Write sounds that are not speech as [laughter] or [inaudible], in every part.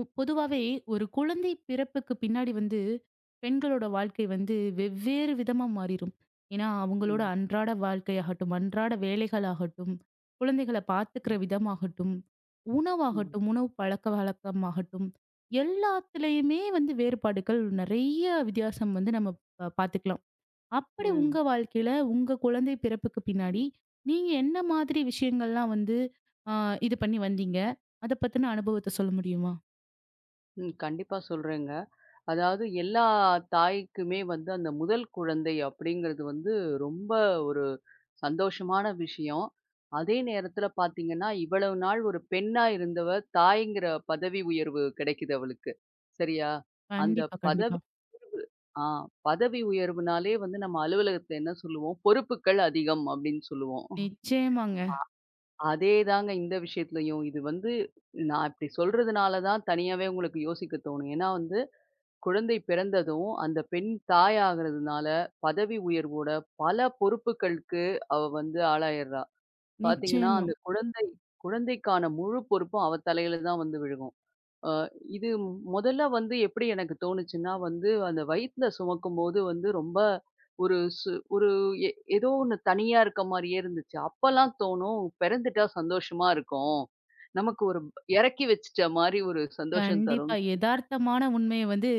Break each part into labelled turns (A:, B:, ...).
A: பொதுவாவே ஒரு குழந்தை பிறப்புக்கு பின்னாடி வந்து பெண்களோட வாழ்க்கை வந்து வெவ்வேறு விதமா மாறிடும். ஏன்னா அவங்களோட
B: ம்.
A: அன்றாட வாழ்க்கையாகட்டும், அன்றாட வேலைகளாகட்டும், குழந்தைகளை
B: ம்.
A: பார்த்துக்கிற விதமாகட்டும்,
B: ம்.
A: உணவாகட்டும், உணவு பழக்க வழக்கமாகட்டும், எல்லாத்துலேயுமே வந்து வேறுபாடுகள் நிறைய வித்தியாசம் வந்து நம்ம பார்த்துக்கலாம். அப்படி உங்க
B: ம்.
A: வாழ்க்கையில உங்க குழந்தை பிறப்புக்கு பின்னாடி நீங்க என்ன மாதிரி விஷயங்கள்லாம் வந்து இது பண்ணி வந்தீங்க, அதை பத்தின அனுபவத்தை சொல்ல முடியுமா?
B: ம். கண்டிப்பா சொல்றேங்க. அதாவது எல்லா தாய்க்குமே வந்து அந்த முதல் குழந்தை அப்படிங்கிறது வந்து ரொம்ப ஒரு சந்தோஷமான விஷயம். அதே நேரத்தில பார்த்தீங்கன்னா, இவ்வளவு நாள் ஒரு பெண்ணா இருந்தவ தாய்ங்கிற பதவி உயர்வு கிடைக்குது அவளுக்கு. சரியா? அந்த
A: கண்டிப்பா, கண்டிப்பா.
B: பதவி ஆ பதவி உயர்வுனாலே வந்து நம்ம அலுவலகத்தில என்ன சொல்லுவோம்? பொறுப்புக்கள் அதிகம் அப்படின்னு சொல்லுவோம்.
A: நிச்சயமாங்க.
B: அதேதாங்க இந்த விஷயத்துலயும். இது வந்து நான் இப்படி சொல்றதுனால தான் தனியாவே உங்களுக்கு யோசிக்க தோணும். ஏன்னா வந்து குழந்தை பிறந்ததும், அந்த பெண் தாயாகிறதுனால பதவி உயர்வோட பல பொறுப்புகளுக்கு அவ வந்து ஆளாயிர்றா. பார்த்தீங்கன்னா,
A: நிச்சயமா.
B: அந்த குழந்தைக்கான முழு பொறுப்பும் அவ தலையில தான் வந்து விழுகும். அ இது மொதல்ல வந்து எப்படி எனக்கு தோணுச்சுன்னா வந்து, அந்த வயித்துல சுமக்கும்போது வந்து ரொம்ப ஒரு சு ஒரு எ ஏதோ ஒண்ணு தனியா இருக்க மாரியே இருந்துச்சு. அப்பலாம் தோணும், பிறந்துட்டா சந்தோஷமா இருக்கும். நமக்கு ஒரு இறக்கி வச்சுட்ட மாரி ஒரு சந்தோஷம்
A: கண்டிப்பா.
B: தரும்னு சொல்லி
A: எதார்த்தமான உண்மைய வந்து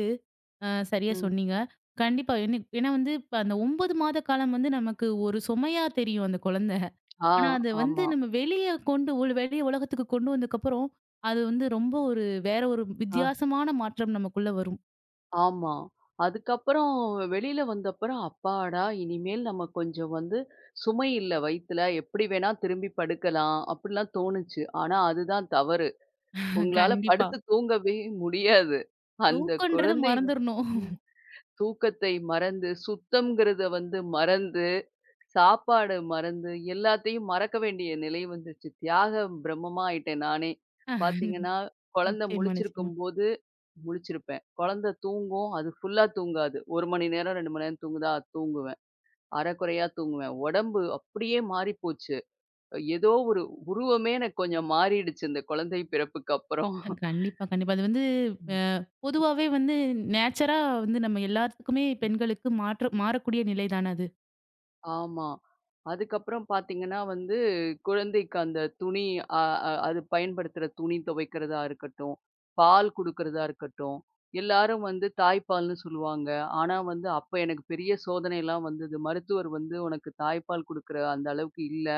A: அ சரியா
B: ம்.
A: சொன்னீங்க. கண்டிப்பா. ஏன்னா வந்து இப்ப அந்த 9 மாத காலம் வந்து நமக்கு ஒரு சுமையா தெரியும் அந்த குழந்தை.
B: ஆ,
A: ஆனா அத வந்து
B: ஆமா.
A: நம்ம வெளிய கொண்டு ஒரு வெளிய உலகத்துக்கு கொண்டு வந்ததுக்கப்புறம், அது வந்து ரொம்ப ஒரு வேற ஒரு
B: ஆ,
A: வித்தியாசமான மாற்றம் நமக்குள்ள வரும்.
B: ஆமா. அதுக்கப்புறம் வெளியில வந்தப்புறம், அப்பாடா! இனிமேல் நம்ம கொஞ்சம் வந்து சுமை இல்ல வயித்துல. எப்படி வேணா திரும்பி படுக்கலாம், அப்படிலாம் தோணுச்சு. ஆனா அதுதான் தவறு. உங்களால
A: கண்டிப்பா.
B: படுத்து தூங்கவே முடியாது. அந்த
A: தூக்கன்றத
B: குழந்தை வ
A: மறந்துரணும்.
B: ம். தூக்கத்தை மறந்து, சுத்தம்ங்கிறத வந்து மறந்து, சாப்பாடு மறந்து, எல்லாத்தையும் மறக்க வேண்டிய நிலை வந்துருச்சு. தியாக பிரம்மமா ஆயிட்டேன் நானே. பார்த்தீங்கன்னா,
A: [laughs]
B: குழந்த
A: நிச்சயமா, நிச்சயமா.
B: முழிச்சிருக்கும்போது முழிச்சிருப்பேன். குழந்த தூங்கும். அது ஃபுல்லா தூங்காது. 1 மணி நேரம், 2 மணி நேரம் தூங்குதா? தூங்குவேன். அரைகுறையா தூங்குவேன். உடம்பு அப்படியே மாறிப்போச்சு. ஏதோ ஒரு உருவமே எனக்கு கொஞ்சம் மாறிடுச்சு இந்த குழந்தை பிறப்புக்கு அப்புறம்.
A: அ கண்டிப்பா, கண்டிப்பா. அது வந்து அ பொதுவாவே வந்து நேச்சரா வந்து நம்ம எல்லாத்துக்குமே பெண்களுக்கு மாற்ற மாறக்கூடிய நிலை தானே அது.
B: ஆமா. அதுக்கப்புறம் பார்த்தீங்கன்னா வந்து, குழந்தைக்கு அந்த துணி அ அ அது பயன்படுத்துற துணி துவைக்கிறதா இருக்கட்டும், பால் குடுக்கிறதா இருக்கட்டும், எல்லாரும் வந்து தாய்ப்பால்ன்னு சொல்லுவாங்க. ஆனா வந்து அப்ப எனக்கு பெரிய சோதனைலாம் வந்தது. மருத்துவர் வந்து, "உனக்கு தாய்ப்பால் குடுக்குற அந்த அளவுக்கு இல்ல.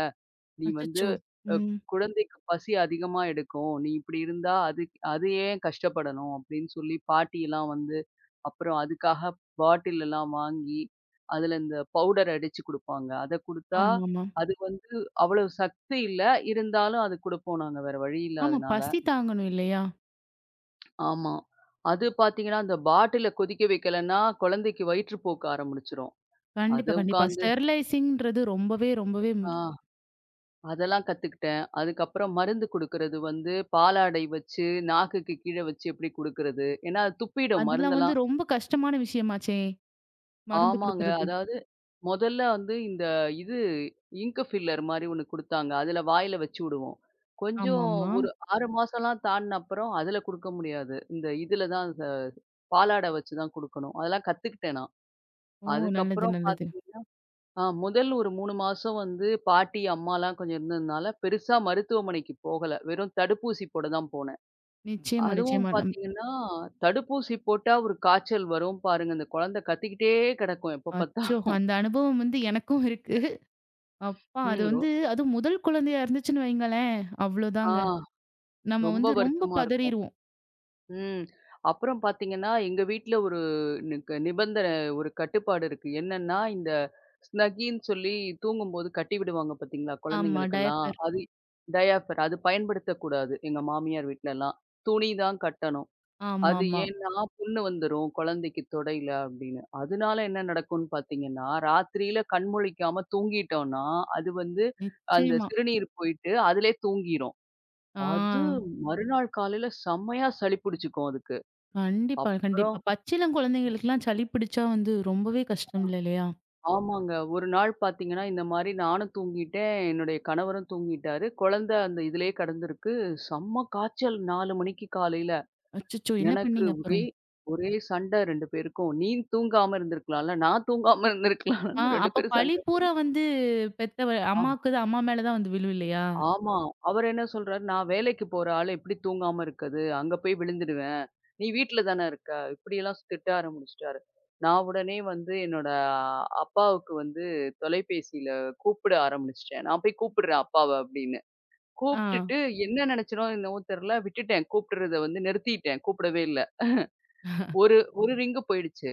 B: நீ வந்து
A: அச்சச்சோ! ம்.
B: குழந்தைக்கு பசி அதிகமா எடுக்கும். நீ இப்படி இருந்தா அது அது ஏன் கஷ்டப்படணும் அப்படின்னு சொல்லி பாட்டிலாம் வந்து, அப்புறம் அதுக்காக பாட்டில் எல்லாம் வாங்கி, அதுல இந்த பவுடர் அடிச்சு குடுப்பாங்க. அத குடுத்தா,
A: ஆமாமா.
B: அது வந்து அவ்வளவு சக்தி இல்ல. இருந்தாலும் அது குடுப்போம் நாங்க. வேற வழி
A: ஆமா, ஆமா,
B: இல்லாதனால.
A: பசி தாங்கணும் இல்லையா?
B: ஆமா. அது பார்த்தீங்கன்னா, அந்த பாட்டில கொதிக்க வைக்கலன்னா, குழந்தைக்கு வயிற்றுப்போக்கு ஆரம்பிச்சுரும். அது
A: கண்டிப்பா, கண்டிப்பா.
B: உட்காந்து
A: ஸ்டெர்லைசிங்ன்றது ரொம்பவே, ரொம்பவே
B: ஆ.
A: முக்கியம்.
B: அதெல்லாம் கத்துக்கிட்டேன். அதுக்கப்புறம் மருந்து குடுக்குறது வந்து பாலாடை வச்சு, நாக்குக்கு கீழ வச்சு எப்படி குடுக்குறது? ஏன்னா, அது துப்பிடும்
A: அதெல்லாம் வந்து
B: மருந்தெல்லாம்.
A: ரொம்ப கஷ்டமான விஷயமாச்சே! மருந்து
B: ஆமாங்க.
A: குடுக்குறது.
B: அதாவது மொதல்ல வந்து இந்த இது இங்க் ஃபில்லர் மாரி ஒண்ணு குடுத்தாங்க. அதுல வாயில வச்சு விடுவோம். கொஞ்சம்
A: ஆமாமா.
B: ஒரு 6 மாசம்லாம் தாண்டுன அப்புறம் அதுல குடுக்க முடியாது. இதுல தான் பாலாடை வச்சு தான் குடுக்கணும். அதெல்லாம் கத்துக்கிட்டேன் நான்.
A: ஓ! நல்லது,
B: அதுக்கப்புறம்
A: நல்லது.
B: பாத்தீங்கன்னா முதல் ஒரு 3 மாசம் வந்து பாட்டி, அம்மாலாம் கொஞ்சம் இருந்ததுனால, பெருசா மருத்துவமனைக்கு போகல. வெறும் தடுப்பூசி போட தான் போனேன்.
A: நிச்சயமா,
B: அதுவும்
A: நிச்சயமா.
B: பார்த்தீங்கன்னா, தடுப்பூசி போட்டா ஒரு காய்ச்சல் வரும் பாருங்க. அந்த குழந்தை கத்திக்கிட்டே கிடக்கும் எப்ப பார்த்தா.
A: அச்சோ! அந்த அனுபவம் வந்து எனக்கும் இருக்கு. அப்பா! அது
B: ம். ரொ
A: வந்து அதுவும் முதல் குழந்தையா இருந்துச்சுன்னு வைங்களேன்,
B: ஆ
A: அவ்ளோதாங்க. நம்ம
B: ரொம்ப
A: வந்து ரொம்ப
B: வருத்தமா இருக்கும்.
A: பதறிருவோம்.
B: ம். அப்புறம் பார்த்தீங்கன்னா, எங்க வீட்ல ஒரு நிபந்தனை ஒரு கட்டுப்பாடு இருக்கு. என்னன்னா, இந்த ஸ்னக்கின்னு சொல்லி தூங்கும்போது கட்டி விடுவாங்க பார்த்தீங்களா,
A: ஆமா.
B: குழந்தைங்களுக்கெல்லாம்.
A: டயப்பர்.
B: அது டயாபர் அது பயன்படுத்தக்கூடாது எங்க மாமியார் வீட்லலாம். துணி தான் கட்டணும். அது
A: ஆமாமா.
B: ஏன்னா, புண்ணு வந்துரும் குழந்தைக்கு தொடையில அப்படின்னு. அதனால என்ன நடக்கும்னு பார்த்தீங்கன்னா, ராத்திரியில கண் முழிக்காம தூங்கிட்டோம்னா, அது வந்து அந்த
A: நிச்சயமா.
B: சிறுநீர் போயிட்டு அதிலே தூங்கிரும். அது
A: ஆ.
B: மறுநாள் காலையில செம்மையா சளி பிடிச்சுக்கும் அதுக்கு.
A: கண்டிப்பா, கண்டிப்பா.
B: அப்புறம்
A: பச்சிளம் குழந்தைங்களுக்குலாம் சளி பிடிச்சா வந்து ரொம்பவே கஷ்டம் இல்ல இல்லையா?
B: ஆமாங்க. ஒரு நாள் பார்த்தீங்கன்னா, இந்த மாரி நானும் தூங்கிட்டேன். என்னுடைய கணவரும் தூங்கிட்டாரு. குழந்த அந்த இதிலேயே கிடந்திருக்கு. செம்ம காய்ச்சல் 4 மணிக்கு காலையில.
A: அச்சச்சோ! என்ன
B: எனக்கு
A: பண்ணீங்க
B: ஒரே
A: அப்புறம்?
B: ஒரே சண்டை 2 பேருக்கும். நீ தூங்காம இருந்திருக்கலாம்ல, நான் தூங்காம
A: ஆ
B: இருந்திருக்கலாம்ன்னு 2
A: அப்ப
B: பேரும்
A: பழி
B: சண்டை.
A: பூரா வந்து பெத்தவ
B: ஆ.
A: அம்மாக்கு தான் அம்மா மேல தான் வந்து விழும் இல்லையா?
B: ஆமா. அவரு என்ன சொல்றாரு, "நான் வேலைக்கு போற ஆளு எப்படி தூங்காம இருக்கது? அங்க போய் விழுந்துடுவேன். நீ வீட்ல தானே இருக்க." இப்படியெல்லாம் திட்ட ஆரம்பிச்சுட்டாரு. நான் உடனே வந்து என்னோட அப்பாவுக்கு வந்து தொலைபேசியில கூப்பிட ஆரம்பிச்சுட்டேன். "நான் போய் கூப்பிடுறேன் அப்பாவ" அப்படின்னு.
A: ஆ.
B: கூப்பிட்டுட்டு என்ன நெனச்சேனோ என்னவோ தெர்ல, விட்டுட்டேன். கூப்பிடுறத வந்து நிறுத்திட்டேன். கூப்பிடவே இல்ல. ஒரு ஒரு ரிங்கு போயிடுச்சு.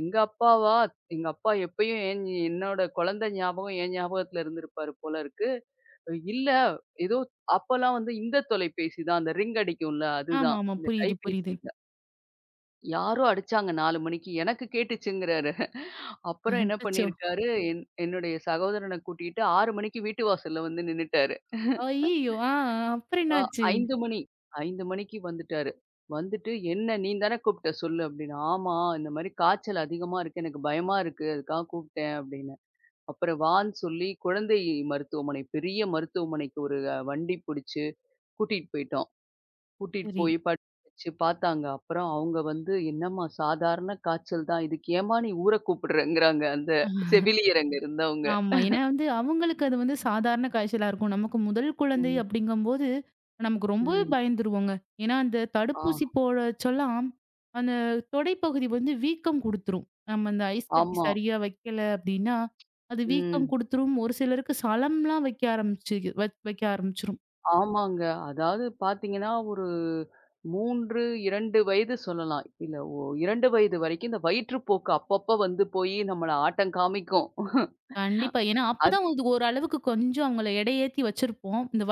B: எங்க அப்பாவா? எங்க அப்பா எப்பயும் என்னோட குழந்தை ஞாபகம் என் ஞாபகத்துல இருந்திருப்பாரு போல இருக்கு. இல்ல. ஏதோ அப்பலாம் வந்து இந்த தொலைபேசி தான். அந்த ரிங் அடிக்கும்ல அதுதான்.
A: ஆமாமா.
B: இந்த
A: புரியுது,
B: கைபேசி
A: புரியுது.
B: இல்ல. யாரோ அடிச்சாங்க 4 மணிக்கு. எனக்கு கேட்டுச்சுங்கிறாரு. அப்புறம் என்ன
A: அச்சச்சோ!
B: பண்ணியிருக்காரு, என்னுடைய சகோதரன கூட்டிட்டு 6 மணிக்கு வீட்டு வாசல்ல வந்து நின்னுட்டாரு.
A: அய்யய்யோ! ஆ அப்புறம்
B: அ
A: என்னாச்சு?
B: 5 மணி 5 மணிக்கு வந்துட்டாரு. வந்துட்டு "என்ன நீ தானே கூப்பிட்ட சொல்லு" அப்படின்னு. "ஆமா இந்த மாரி காய்ச்சல் அதிகமா இருக்கு. எனக்கு பயமா இருக்கு. அதுக்காக கூப்பிட்டேன்" அப்படின்னு. அப்புறம் வான்னு சொல்லி குழந்தை மருத்துவமனை, பெரிய மருத்துவமனைக்கு ஒரு வண்டி புடிச்சு கூட்டிட்டு போயிட்டோம். கூட்டிட்டு
A: சரி.
B: போய் படுக்க வச்சு பார்த்தாங்க. அப்புறம் அவங்க வந்து, "என்னம்மா சாதாரண காய்ச்சல் தான். இதுக்கு ஏம்மா நீ ஊர கூப்பிடுறங்கிறாங்க." அந்த செவிலியர் அங்க இருந்தவங்க.
A: ஆமா. ஏன்னா வந்து அவங்களுக்கு அது வந்து சாதாரண காய்ச்சலா இருக்கும். நமக்கு முதல் குழந்தை
B: ம்.
A: அப்படிங்கும்போது, நமக்கு ரொம்பவே
B: ம்.
A: பயந்துருவோங்க. ஏன்னா அந்த
B: ஆ.
A: தடுப்பூசி போட சொல்லாம், அந்த தொடைப்பகுதி வந்து வீக்கம் குடுத்துரும். நம்ம அந்த ஐஸ் கட்டி
B: ஆமா.
A: சரியா வைக்கல அப்படின்னா, அது வீக்கம்
B: ம்.
A: குடுத்துரும். ஒரு சிலருக்கு சளம்லாம் வைக்க ஆரம்பிச்சு வைக்க ஆரம்பிச்சுரும்.
B: ஆமாங்க. அதாவது பார்த்தீங்கன்னா, ஒரு 3, 2 வயது சொல்லலாம். இல்ல 2 வயது வரைக்கும் இந்த வயிற்றுப்போக்கு அப்பப்ப வந்து போயி நம்மள ஆட்டம் காமிக்கும்.
A: கண்டிப்பா. ஏன்னா
B: அது
A: அப்பதான் இது ஓரளவுக்கு கொஞ்சம் அவங்கள எடையேத்தி வச்சிருப்போம். இந்த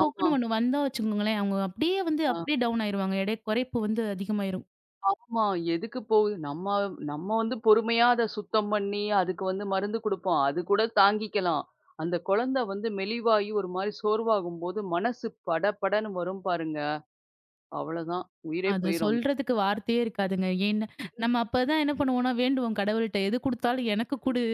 B: ஆமா.
A: ஒண்ணு வந்தா வச்சுக்கோங்களேன், அவங்க அப்படியே வந்து
B: ஆ.
A: அப்படியே டவுன் ஆயிருவாங்க. எடை குறைப்பு வந்து அதிகமாயிரும்.
B: ஆமா. எதுக்கு போகுது? நம்ம நம்ம வந்து பொறுமையா அத சுத்தம் பண்ணி, அதுக்கு வந்து மருந்து குடுப்போம். அது கூட தாங்கிக்கலாம். அந்த குழந்தை வந்து மெலிவாகி ஒரு மாரி சோர்வாகும்போது, மனசு படபடன்னு வரும் பாருங்க. அவ்வளோதான். உயிரே
A: அது
B: போயிரும்.
A: சொல்றதுக்கு வார்த்தையே இருக்காதுங்க. ஏன்னா, நம்ம அப்பதான் என்ன பண்ணுவோம்னா, வேண்டுவோம் கடவுள்ட்ட, "எது குடுத்தாலும் எனக்கு குடு.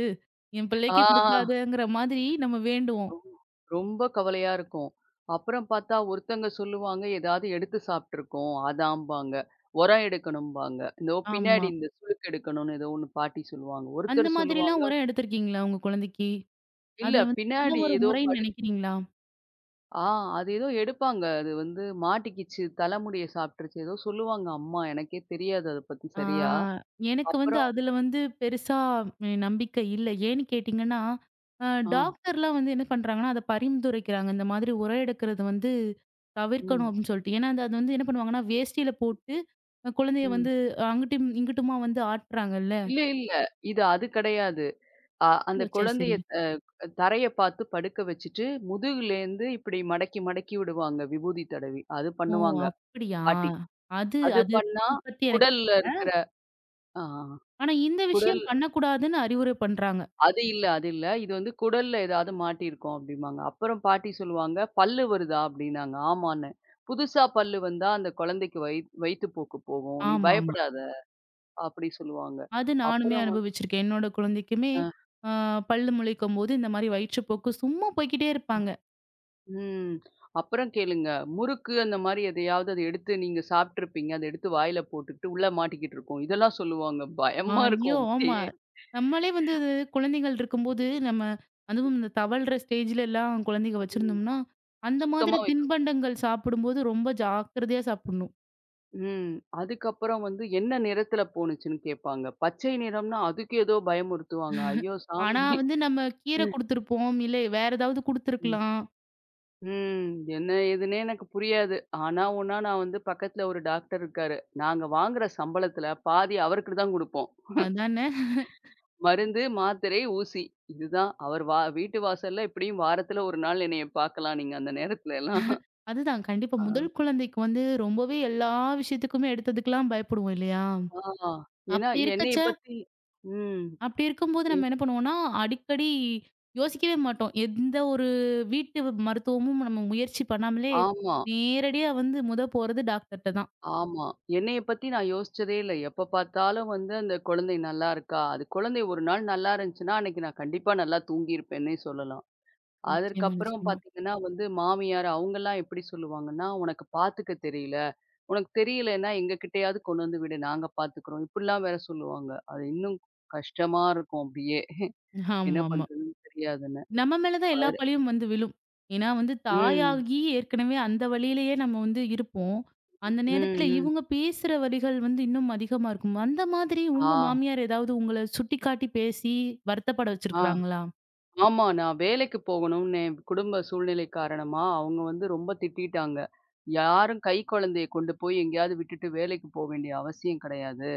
A: என்
B: ஆ
A: பிள்ளைக்கு குடுக்காதங்கிற" மாதிரி நம்ம வேண்டுவோம்.
B: ரொம் ரொம்ப கவலையா இருக்கும். அப்புறம் பார்த்தா ஒருத்தங்க சொல்லுவாங்க, "ஏதாவது எடுத்து சாப்ட்டுருக்கோம்." அதாம்பாங்க. "உரம் எடுக்கணும்பாங்க." இதோ
A: ஆமா.
B: பின்னாடி இந்த சுளுக்கு எடுக்கணும்னு ஏதோ ஒண்ணு பாட்டி சொல்லுவாங்க.
A: அந்த
B: ஒருத்தர் சொல்லுவாங்க,
A: மாதிரிலாம் உரம் எடுத்திருக்கீங்களா உங்க குழந்தைக்கு?
B: "இல்ல
A: அது வந்து நல்ல
B: பின்னாடி
A: ஒரு
B: ஏதோ
A: முறைன்னு
B: படு"
A: நினைக்கிறீங்களா?
B: ஆ அது ஏதோ எடுப்பாங்க. அது வந்து மாட்டிக்கிச்சு, தலைமுடிய சாப்பிட்டுருச்சு ஏதோ சொல்லுவாங்க அம்மா. எனக்கே தெரியாது அத பத்தி
A: ஆ
B: சரியா.
A: எனக்கு வந்து
B: அப்புறம்
A: அதுல வந்து பெருசா ம், நம்பிக்கை இல்ல. ஏன்னு கேட்டீங்கன்னா, அ
B: ஆ.
A: டாக்டர்லாம் வந்து என்ன பண்றாங்கன்னா, அத பரிந்துரைக்கிறாங்க. இந்த மாதிரி உரம் எடுக்கிறது வந்து தவிர்க்கணும்
B: ம்.
A: அப்படின்னு சொல்லிட்டு. ஏன்னா, அது அது வந்து என்ன பண்ணுவாங்கன்னா, வேஷ்டியில போட்டு குழந்தைய
B: ம்.
A: வந்து அங்கிட்டும், இங்கிட்டுமா வந்து ஆட்டுறாங்கல்ல.
B: இல்ல, இல்ல. இது அது கிடையாது. அந்த
A: ஓ! சரி,
B: குழந்தைய
A: சரி.
B: அ தரைய பார்த்து படுக்க வச்சுட்டு, முதுகுலேருந்து இப்டி மடக்கி, மடக்கி விடுவாங்க விபூதி தடவி. அது
A: ஓ!
B: பண்ணுவாங்க
A: அப்படியா?
B: பாட்டி.
A: அது
B: அது
A: அது
B: பண்ணா
A: இது பத்தி எனக்கு
B: குடல்ல இருக்கிற ஆ.
A: ஆனா இந்த
B: குடல்
A: விஷயம் பண்ணக்கூடாதுன்னு அறிவுரை பண்றாங்க.
B: அது இல்ல, அது இல்ல. இது வந்து குடல்ல ஏதாவது மாட்டியிருக்கும் அப்படிம்பாங்க. அப்புறம் பாட்டி சொல்லுவாங்க, "பல்லு வருதா?" அப்படின்னாங்க. ஆமான்னு. புதுசா பல்லு வந்தா அந்த குழந்தைக்கு வயித்துப்போக்கு போகும். நீ
A: ஆமாமா.
B: பயப்படாத அப்படி சொல்லுவாங்க.
A: அது நானுமே
B: அப்புறம் வ
A: அனுபவிச்சிருக்கேன். என்னோட குழந்தைக்குமே
B: அ,
A: அ பல்லு முளைக்கும்போது இந்த மாரி வயிற்றுப்போக்கு சும்மா போய்க்கிட்டே இருப்பாங்க.
B: ம். அப்புறம் கேளுங்க. முறுக்கு அந்த மாரி எதையாவது அத எடுத்து நீங்க சாப்ட்டுருப்பீங்க. அத எடுத்து வாயில போட்டுக்கிட்டு உள்ள மாட்டிக்கிட்டு இருக்கும். இதெல்லாம் சொல்லுவாங்க. பயமா இருக்கும்
A: ஐயோ! ஆமா.
B: அப்படியே.
A: நம்மளே வந்து இது குழந்தைகள் இருக்கும்போது நம்ம அதுவும் இந்த தவழ்ற ஸ்டேஜ்ல எல்லாம் குழந்தைங்க
B: ம்.
A: வச்சிருந்தோம்னா, அந்த மாதிரி
B: சுத்தமா வை
A: தின்பண்டங்கள் சாப்பிடும்போது ரொம்ப ஜாக்கிரதையா சாப்பிடணும்.
B: ம். அதுக்கப்புறம் வந்து என்ன நிறத்துல போணுச்சுன்னு கேட்பாங்க. பச்சை நிறம்னா அதுக்கு ஏதோ பயமுறுத்துவாங்க. ஐயோ
A: ஆனா
B: சாமி!
A: வந்து நம்ம கீரை
B: ம்.
A: குடுத்துருப்போம். இல்ல வேற ஏதாவது குடுத்துருக்கலாம்.
B: ம். என்ன ஏதுன்னே எனக்கு புரியாது. ஆனா ஒண்ணா நான் வந்து பக்கத்துல ஒரு டாக்டர் இருக்காரு. நாங்க வாங்குற சம்பளத்துல பாதி அவருக்கு தான் குடுப்போம்.
A: அதானே!
B: மருந்து, மாத்திரை, ஊசி. இதுதான். அவர் வா வீட்டு வாசல்ல எப்படியும் வாரத்துல ஒரு நாள் என்னைய பார்க்கலாம் நீங்க அந்த நேரத்துல எல்லாம்.
A: அதுதான் கண்டிப்பா
B: ஆ.
A: முதல் குழந்தைக்கு வந்து ரொம்பவே எல்லா விஷயத்துக்குமே எடுத்ததுக்கெல்லாம் பயப்படுவோம் இல்லயா!
B: ஆ. ஏன்னா
A: அப்படி
B: என்னைய
A: இருக்கச்ச
B: பத்தி ம்.
A: அப்படி இருக்கும்போது
B: எ
A: நம்ம என்ன பண்ணுவோம்னா, அடிக்கடி யோசிக்கவே மாட்டோம். எந்த ஒரு வீட்டு மருத்துவமும் நம்ம முயற்சி பண்ணாமலே,
B: ஆமா.
A: நேரடியா வந்து முத போறது டாக்டர்ட்ட தான்.
B: ஆமா. என்னைய பத்தி நான் யோசிச்சதே இல்ல. எப்ப பார்த்தாலும் வந்து அந்த குழந்தை நல்லா இருக்கா? அது குழந்தை ஒரு நாள் நல்லா இருந்துச்சுன்னா, அன்னைக்கு நான் கண்டிப்பா நல்லா தூங்கியிருப்பேன்னே சொல்லலாம்.
A: நிச்சயமா,
B: அதற்கப்புறம்
A: நிச்சயமா.
B: பார்த்தீங்கன்னா வந்து மாமியார் அவங்கலாம் எப்படி சொல்லுவாங்கன்னா, "உனக்கு பார்த்துக்க தெரியல. உனக்கு தெரியலன்னா எங்க கிட்டயாவது கொண்டு வந்து விடு. நாங்க பார்த்துக்கிறோம்." இப்படிலாம் வேற சொல்லுவாங்க. அது இன்னும் கஷ்டமா இருக்கும் அப்படியே. என்ன
A: ஆமாமா.
B: பண்றதுன்னு தெரியாதுன்னு.
A: நம்ம மேல தான் எல்லா
B: அது
A: பழியும் வந்து விழும். ஏன்னா வந்து
B: ம்.
A: தாயாகி ஏற்கனவே அந்த வழியிலேயே நம்ம வந்து இருப்போம். அந்த
B: ம்,
A: நேரத்துல
B: ம்.
A: இவங்க பேசுற வரிகள் வந்து இன்னும் அதிகமா இருக்கும். அந்த மாதிரி
B: ஆ,
A: உங்க மாமியார் ஏதாவது உங்கள சுட்டிக்காட்டி பேசி வருத்தப்பட
B: ஆ.
A: வச்சிருக்காங்களா?
B: ஆமா. நான் வேலைக்கு போகணும்னு என் குடும்ப சூழ்நிலை காரணமா, அவங்க வந்து ரொம்ப திட்டிட்டாங்க. யாரும் கை குழந்தைய கொண்டு போய் எங்கேயாவது விட்டுட்டு வேலைக்கு போ வேண்டிய அவசியம் கிடையாது.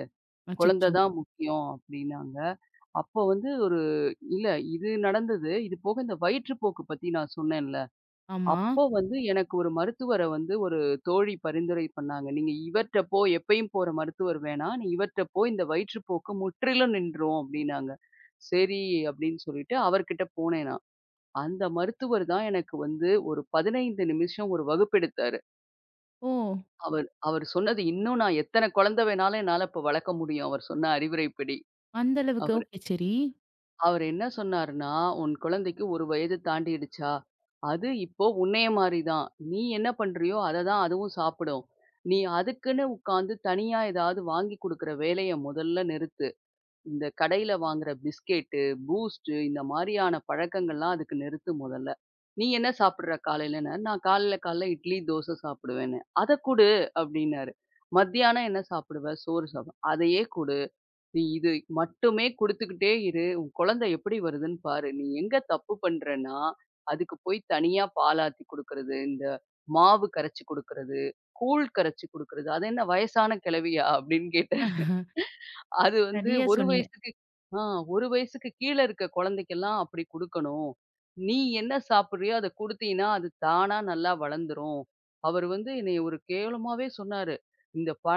B: குழந்தை
A: அச்சச்சோ!
B: தான் முக்கியம் அப்படின்னாங்க. அப்போ வந்து ஒரு இல்ல இது நடந்தது. இது போக இந்த வயிற்றுப்போக்கு பத்தி நான் சொன்னேன்ல.
A: ஆமா.
B: அப்போ வந்து எனக்கு ஒரு மருத்துவர வந்து ஒரு தோழி பரிந்துரை பண்ணாங்க. "நீங்க இவர்ட்ட போ எப்பயும் போற மருத்துவர் வேணாம். நீ இவர்ட்ட போ இந்த வயிற்றுப்போக்கு முற்றிலும் நின்றும்" அப்படின்னாங்க. சரி அப்படின்னு சொல்லிட்டு அவர்கிட்ட போனேன் நான். அந்த மருத்துவர் தான் எனக்கு வந்து ஒரு 15 நிமிஷம் ஒரு வகுப்பெடுத்தாரு.
A: ஓ!
B: அவர் அவர் சொன்னது இன்னும் நான் எத்தன குழந்தை வேணாலும் என்னால இப்ப வளர்க்க முடியும். அவர் சொன்ன அறிவுரைப்படி.
A: அந்த அளவுக்கு.
B: அவரு
A: ஓகே. சரி.
B: அவரு என்ன சொன்னாருன்னா, "உன் குழந்தைக்கு 1 வயது தாண்டிடுச்சா? அது இப்போ உன்னைய மாரி தான். நீ என்ன பண்றியோ அத தான் அதுவும் சாப்பிடும். நீ அதுக்குன்னு உட்காந்து தனியா ஏதாவது வாங்கி குடுக்குற வேலைய முதல்ல நிறுத்து. இந்த கடையில வாங்குற பிஸ்கெட்டு, பூஸ்ட்டு இந்த மாரியான பழக்கங்கள்லாம் அதுக்கு நிறுத்து முதல்ல. நீ என்ன சாப்பிடுற காலையிலன்னு? நான் காலையில இட்லி, தோசை சாப்பிடுவேன்னு. அத குடு அப்டின்னாரு. மத்தியானம் என்ன சாப்பிடுவ? சோறு சாப்பிடுவேன். அதையே குடு. நீ இது மட்டுமே குடுத்துக்கிட்டே இரு. உன் குழந்தை எப்படி வருதுன்னு பாரு. நீ எங்க தப்பு பண்றன்னா, அதுக்கு போய் தனியா பாலாத்தி குடுக்கறது, இந்த மாவு கரைச்சு குடுக்கறது, கூழ் கரைச்சு குடுக்கறது. அது என்ன வயசான கிழவியா? அப்டின்னு கேட்டாரு. அது வந்து
A: சரியா
B: 1
A: சொன்னீங்க.
B: வயசுக்கு ஆ 1 வயசுக்கு கீழ இருக்க குழந்தைக்கெல்லாம் அப்படி குடுக்கணும். நீ என்ன சாப்பிடுறியோ அத குடுத்தீன்னா, அது தானா நல்லா வளர்ந்துரும். அவர் வந்து என்னைய ஒரு கேவலமாவே சொன்னாரு. இந்த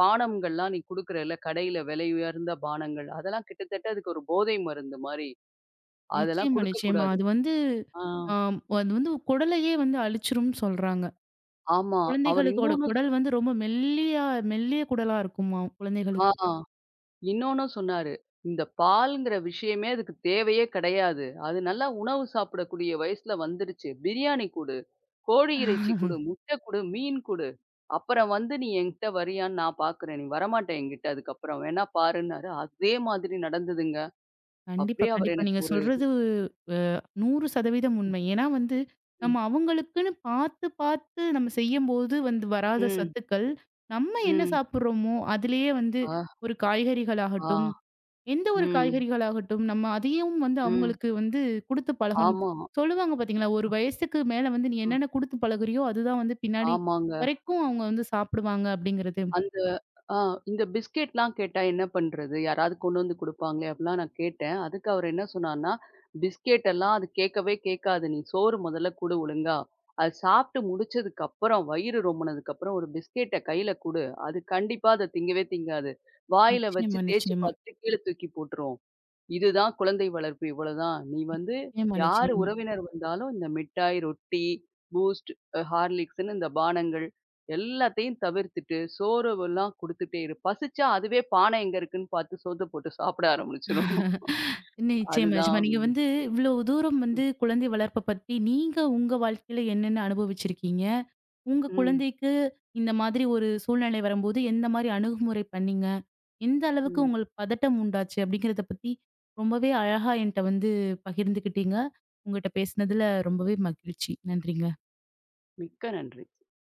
B: பானங்கள்லாம் நீ குடுக்குறல்ல, கடையில விலை உயர்ந்த பானங்கள், அதெல்லாம் கிட்டத்தட்ட அதுக்கு ஒரு போதை மருந்து மாரி. அதெல்லாம்
A: நிச்சயமா, நிச்சயமா.
B: குடுக்கக்கூடாது.
A: அது வந்து
B: ஆ
A: ஆம் அது வந்து குடலையே வந்து அழிச்சிரும்னு சொல்றாங்க.
B: ஆமா. அவர்
A: குழந்தைகளுக்கோட
B: இன்னொன்னு சொ
A: குடல் வந்து ரொம்ப மெல்லியா மெல்லிய குடலா இருக்குமாம்
B: ஆ.
A: குழந்தைகளுக்கு.
B: இன்னொன்னும் சொன்னாரு. இந்த பால்ங்கிற விஷயமே அதுக்கு தேவையே கிடையாது. அது நல்லா உணவு சாப்பிடக்கூடிய வயசுல வந்துருச்சு. பிரியாணி குடு, கோழி இறைச்சி குடு, முட்டை குடு, மீன் குடு. அப்புறம் வந்து நீ என்கிட்ட வரியான்னு நான் பார்க்குறேன். நீ வரமாட்ட என்கிட்ட அதுக்கப்புறம் வேணா பாருன்னாரு. அதே மாதிரி நடந்ததுங்க.
A: கண்டிப்பா,
B: அப்படியே அவர்
A: கண்டிப்பா.
B: எனக்கு
A: நீங்க
B: ஒரு
A: சொல்றது 100% உண்மை. ஏன்னா வந்து,
B: ம்.
A: நம்ம அவங்களுக்குன்னு பார்த்து, பார்த்து நம்ம செய்யும்போது வந்து வராத
B: ம்.
A: சத்துக்கள், நம்ம என்ன
B: ம்.
A: சாப்பிடுறோமோ, அதிலேயே வந்து
B: ஆ.
A: ஒரு காய்கறிகளாகட்டும்,
B: ஆ.
A: எந்த ஒரு
B: ம்.
A: காய்கறிகளாகட்டும், நம்ம அதையும் வந்து
B: ம்.
A: அவங்களுக்கு வந்து குடுத்து பழகணும்.
B: ஆமா.
A: சொல்லுவாங்க பார்த்தீங்களா, "ஒரு
B: அ.
A: வயசுக்கு மேல வந்து நீ
B: அ.
A: என்னென்ன குடுத்து பழகுறியோ, அதுதான் வந்து பின்னாடி
B: ஆமாங்க.
A: வரைக்கும் அவங்க வந்து சாப்பிடுவாங்க." அப்படிங்கிறது.
B: அந் ஆ இந்த பிஸ்கெட்லாம் கேட்டா என்ன பண்றது? யாராவது கொண்டு வந்து குடுப்பாங்களே! அப்பிடிலாம் நான் கேட்டேன். அதுக்கு அவரு என்ன சொன்னார்ன்னா, பிஸ்கெட் எல்லாம் அது கேட்கவே கேட்காது. நீ சோறு முதல்ல குடு ஒழுங்கா. அது சாப்பிட்டு முடிச்சதுக்கு அப்புறம், வயிறு ரொம்புனதுக்கப்புறம் ஒரு பிஸ்கெட்ட கையில குடு. அது கண்டிப்பா அத திங்கவே திங்காது. வாயில வச்சு
A: நிச்சயமா,
B: தேய்ச்சு
A: நிச்சயமா.
B: பார்த்துட்டு கீழ தூக்கி போட்டுரும். இதுதான் குழந்தை வளர்ப்பு இவ்வளவுதான். நீ வந்து
A: நிச்சயமா,
B: யார் ம்.
A: நிச்சயமா.
B: உறவினர் வந்தாலும் இந்த மிட்டாய், ரொட்டி, பூஸ்ட், ஹார்லிக்ஸ்ன்னு இந்த பானங்கள் எல்லாத்தையும் தவிர்த்துட்டு, சோறுவெல்லாம் குடுத்துட்டே இரு. பசிச்சா அதுவே பானை எங்க இருக்குன்னு பார்த்து சோத்த போட்டு சாப்பிட ஆரம்பிச்சுரும்.
A: நிச்சயமா, நிச்சயமா.
B: அதுதான்
A: நீங்க வந்து இவ்வளவு தூரம் வந்து குழந்தை வளர்ப்ப பத்தி நீங்க உங்க வாழ்க்கையில என்னென்ன அனுபவிச்சிருக்கீங்க? உங்க
B: ம்,
A: குழந்தைக்கு இந்த மாதிரி ஒரு சூழ்நிலை வரும்போது எந்த மாரி அணுகுமுறை பண்ணீங்க? எந்த அளவுக்கு
B: ம்.
A: உங்களுக்கு பதட்டம் உண்டாச்சு? அப்படிங்கிறத பத்தி ரொம்பவே அழகா என்ட்ட வந்து பகிர்ந்துக்கிட்டீங்க. உங்கட்ட பேசினதுல ரொம்பவே மகிழ்ச்சி. நன்றிங்க.
B: மிக்க நன்றி.